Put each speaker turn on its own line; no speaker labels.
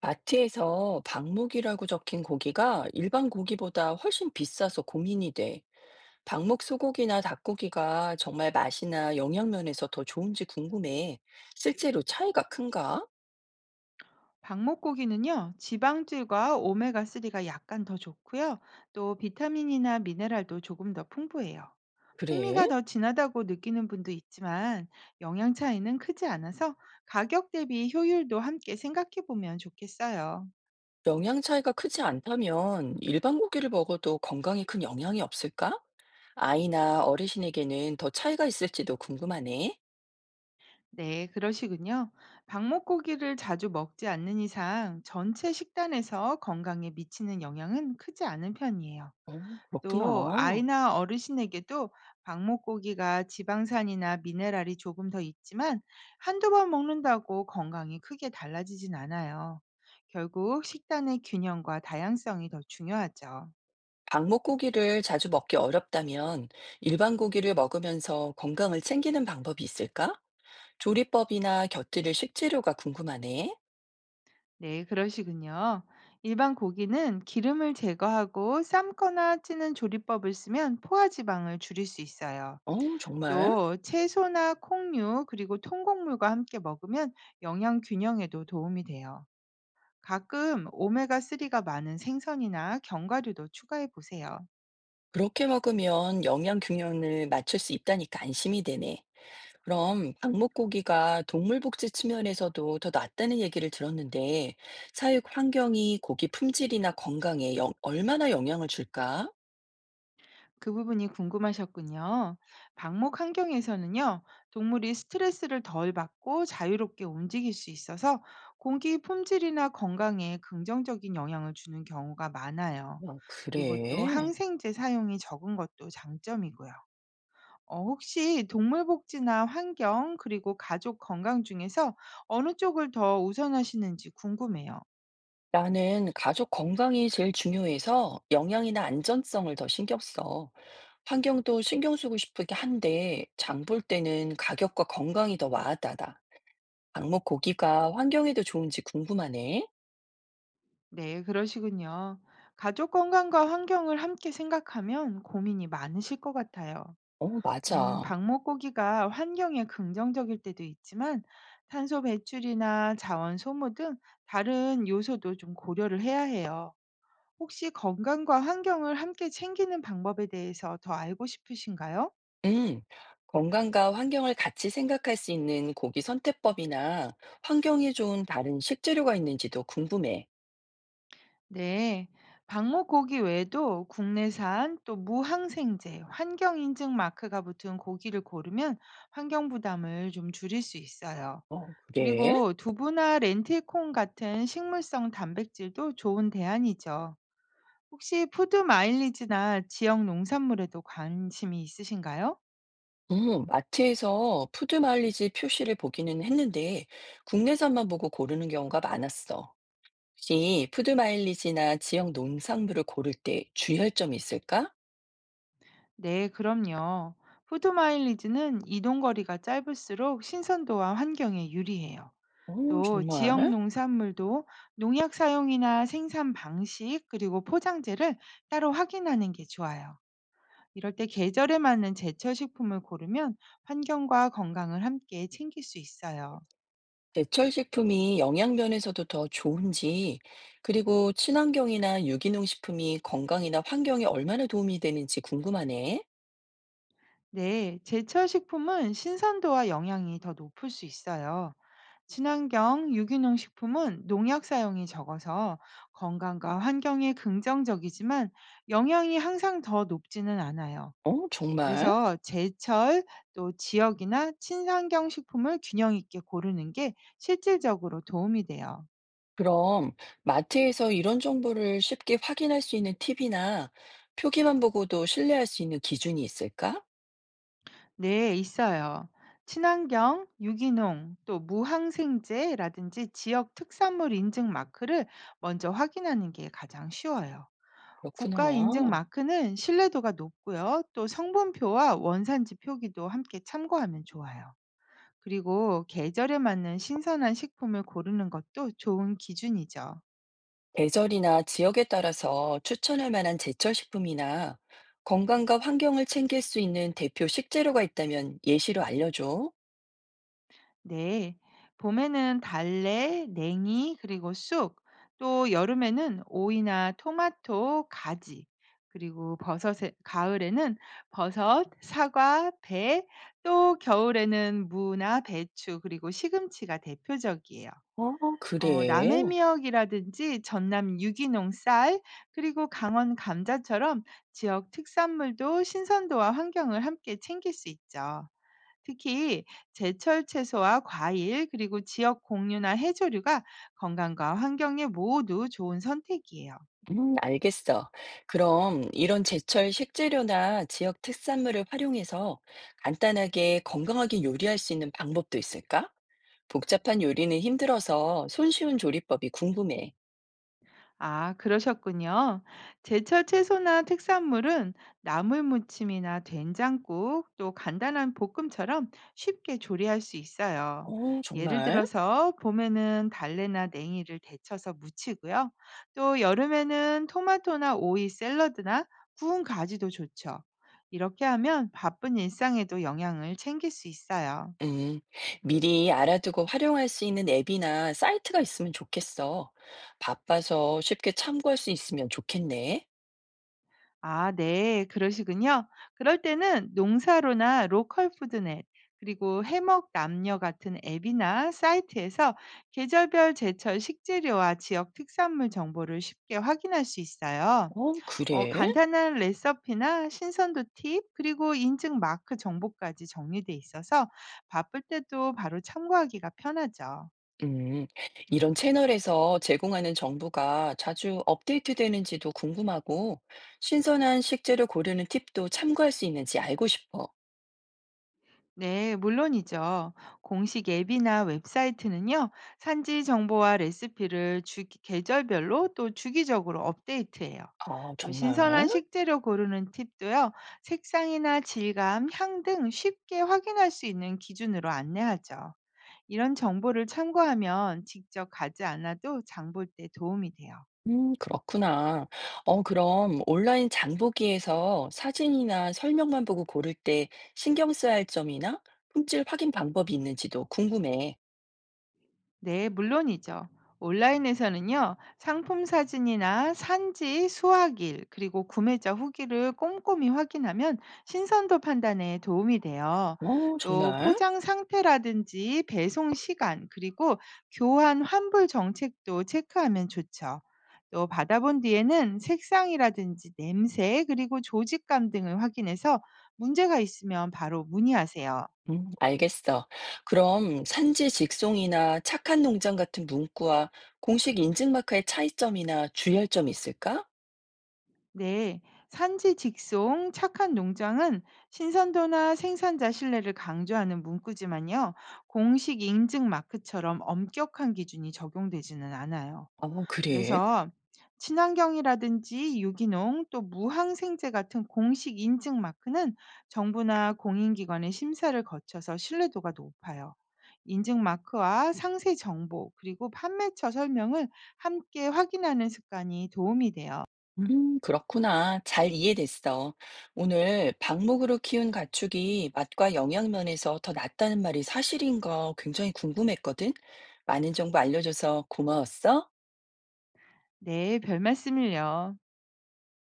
마트에서 방목이라고 적힌 고기가 일반 고기보다 훨씬 비싸서 고민이 돼. 방목 소고기나 닭고기가 정말 맛이나 영양 면에서 더 좋은지 궁금해. 실제로 차이가 큰가?
방목고기는요, 지방질과 오메가3가 약간 더 좋고요. 또 비타민이나 미네랄도 조금 더 풍부해요.
그래?
풍미가 더 진하다고 느끼는 분도 있지만 영양 차이는 크지 않아서 가격 대비 효율도 함께 생각해 보면 좋겠어요.
영양 차이가 크지 않다면 일반 고기를 먹어도 건강에 큰 영향이 없을까? 아이나 어르신에게는 더 차이가 있을지도 궁금하네.
네, 그러시군요. 방목고기를 자주 먹지 않는 이상 전체 식단에서 건강에 미치는 영향은 크지 않은 편이에요.
어,
또
그렇구나.
아이나 어르신에게도 방목고기가 지방산이나 미네랄이 조금 더 있지만 한두 번 먹는다고 건강이 크게 달라지진 않아요. 결국 식단의 균형과 다양성이 더 중요하죠.
방목고기를 자주 먹기 어렵다면 일반 고기를 먹으면서 건강을 챙기는 방법이 있을까? 조리법이나 곁들일 식재료가 궁금하네.
네, 그러시군요. 일반 고기는 기름을 제거하고 삶거나 찌는 조리법을 쓰면 포화지방을 줄일 수 있어요.
어, 정말?
또 채소나 콩류 그리고 통곡물과 함께 먹으면 영양 균형에도 도움이 돼요. 가끔 오메가3가 많은 생선이나 견과류도 추가해 보세요.
그렇게 먹으면 영양 균형을 맞출 수 있다니까 안심이 되네. 그럼 방목고기가 동물복지 측면에서도 더 낫다는 얘기를 들었는데 사육 환경이 고기 품질이나 건강에 얼마나 영향을 줄까?
그 부분이 궁금하셨군요. 방목 환경에서는요, 동물이 스트레스를 덜 받고 자유롭게 움직일 수 있어서 공기 품질이나 건강에 긍정적인 영향을 주는 경우가 많아요.
아,
그리고 또
그래.
항생제 사용이 적은 것도 장점이고요. 혹시 동물복지나 환경, 그리고 가족 건강 중에서 어느 쪽을 더 우선하시는지 궁금해요.
나는 가족 건강이 제일 중요해서 영양이나 안전성을 더 신경 써. 환경도 신경 쓰고 싶긴 한데 장 볼 때는 가격과 건강이 더 와닿아. 방목 고기가 환경에도 좋은지 궁금하네.
네, 그러시군요. 가족 건강과 환경을 함께 생각하면 고민이 많으실 것 같아요.
어, 맞아.
방목고기가 환경에 긍정적일 때도 있지만 탄소 배출이나 자원 소모 등 다른 요소도 좀 고려를 해야 해요. 혹시 건강과 환경을 함께 챙기는 방법에 대해서 더 알고 싶으신가요?
음, 건강과 환경을 같이 생각할 수 있는 고기 선택법이나 환경에 좋은 다른 식재료가 있는지도 궁금해.
네, 방목고기 외에도 국내산 또 무항생제, 환경인증 마크가 붙은 고기를 고르면 환경 부담을 좀 줄일 수 있어요.
어, 그래?
그리고 두부나 렌틸콩 같은 식물성 단백질도 좋은 대안이죠. 혹시 푸드 마일리지나 지역 농산물에도 관심이 있으신가요?
마트에서 푸드 마일리지 표시를 보기는 했는데 국내산만 보고 고르는 경우가 많았어. 혹시 푸드 마일리지나 지역 농산물을 고를 때 주의할 점이 있을까?
네, 그럼요. 푸드 마일리지는 이동 거리가 짧을수록 신선도와 환경에 유리해요.
어,
또 지역
정말?
농산물도 농약 사용이나 생산 방식 그리고 포장재를 따로 확인하는 게 좋아요. 이럴 때 계절에 맞는 제철 식품을 고르면 환경과 건강을 함께 챙길 수 있어요.
제철 식품이 영양 면에서도 더 좋은지, 그리고 친환경이나 유기농 식품이 건강이나 환경에 얼마나 도움이 되는지 궁금하네.
네, 제철 식품은 신선도와 영양이 더 높을 수 있어요. 친환경 유기농 식품은 농약 사용이 적어서 건강과 환경에 긍정적이지만 영양이 항상 더 높지는 않아요.
어, 정말?
그래서 제철 또 지역이나 친환경 식품을 균형 있게 고르는 게 실질적으로 도움이 돼요.
그럼 마트에서 이런 정보를 쉽게 확인할 수 있는 팁이나 표기만 보고도 신뢰할 수 있는 기준이 있을까?
네, 있어요. 친환경, 유기농, 또 무항생제라든지 지역 특산물 인증 마크를 먼저 확인하는 게 가장 쉬워요. 국가 인증
그렇구나.
마크는 신뢰도가 높고요. 또 성분표와 원산지 표기도 함께 참고하면 좋아요. 그리고 계절에 맞는 신선한 식품을 고르는 것도 좋은 기준이죠.
계절이나 지역에 따라서 추천할 만한 제철 식품이나 건강과 환경을 챙길 수 있는 대표 식재료가 있다면 예시로 알려줘.
네, 봄에는 달래, 냉이, 그리고 쑥, 또 여름에는 오이나 토마토, 가지, 그리고 버섯에, 가을에는 버섯, 사과, 배, 또 겨울에는 무나 배추, 그리고 시금치가 대표적이에요.
어,
남해
그래.
미역이라든지 전남 유기농 쌀, 그리고 강원 감자처럼 지역 특산물도 신선도와 환경을 함께 챙길 수 있죠. 특히 제철 채소와 과일, 그리고 지역 공유나 해조류가 건강과 환경에 모두 좋은 선택이에요.
알겠어. 그럼 이런 제철 식재료나 지역 특산물을 활용해서 간단하게 건강하게 요리할 수 있는 방법도 있을까? 복잡한 요리는 힘들어서 손쉬운 조리법이 궁금해.
아, 그러셨군요. 제철 채소나 특산물은 나물 무침이나 된장국, 또 간단한 볶음처럼 쉽게 조리할 수 있어요.
어,
예를
정말?
들어서 봄에는 달래나 냉이를 데쳐서 무치고요. 또 여름에는 토마토나 오이 샐러드나 구운 가지도 좋죠. 이렇게 하면 바쁜 일상에도 영양을 챙길 수 있어요.
음, 미리 알아두고 활용할 수 있는 앱이나 사이트가 있으면 좋겠어. 바빠서 쉽게 참고할 수 있으면 좋겠네.
아 네. 그러시군요. 그럴 때는 농사로나 로컬 푸드넷 그리고 해먹 남녀 같은 앱이나 사이트에서 계절별 제철 식재료와 지역 특산물 정보를 쉽게 확인할 수 있어요.
어, 그래.
간단한 레시피나 신선도 팁 그리고 인증 마크 정보까지 정리돼 있어서 바쁠 때도 바로 참고하기가 편하죠.
음, 이런 채널에서 제공하는 정보가 자주 업데이트되는지도 궁금하고, 신선한 식재료 고르는 팁도 참고할 수 있는지 알고 싶어.
네, 물론이죠. 공식 앱이나 웹사이트는요, 산지 정보와 레시피를 주, 계절별로 또 주기적으로 업데이트해요.
아,
또
정말?
신선한 식재료 고르는 팁도요, 색상이나 질감, 향 등 쉽게 확인할 수 있는 기준으로 안내하죠. 이런 정보를 참고하면 직접 가지 않아도 장볼 때 도움이 돼요.
그렇구나. 어, 그럼 온라인 장보기에서 사진이나 설명만 보고 고를 때 신경 써야 할 점이나 품질 확인 방법이 있는지도 궁금해.
네, 물론이죠. 온라인에서는요, 상품 사진이나 산지, 수확일, 그리고 구매자 후기를 꼼꼼히 확인하면 신선도 판단에 도움이 돼요.
어,
또
정말?
포장 상태라든지 배송 시간, 그리고 교환 환불 정책도 체크하면 좋죠. 또 받아본 뒤에는 색상이라든지 냄새, 그리고 조직감 등을 확인해서 문제가 있으면 바로 문의하세요.
알겠어. 그럼 산지 직송이나 착한 농장 같은 문구와 공식 인증 마크의 차이점이나 주의할 점이 있을까?
네, 산지 직송 착한 농장은 신선도나 생산자 신뢰를 강조하는 문구지만요, 공식 인증 마크처럼 엄격한 기준이 적용되지는 않아요.
아, 그래?
그래서 친환경이라든지 유기농 또 무항생제 같은 공식 인증 마크는 정부나 공인기관의 심사를 거쳐서 신뢰도가 높아요. 인증 마크와 상세 정보 그리고 판매처 설명을 함께 확인하는 습관이 도움이 돼요.
그렇구나. 잘 이해됐어. 오늘 방목으로 키운 가축이 맛과 영양 면에서 더 낫다는 말이 사실인 거 굉장히 궁금했거든. 많은 정보 알려줘서 고마웠어.
네, 별 말씀을요.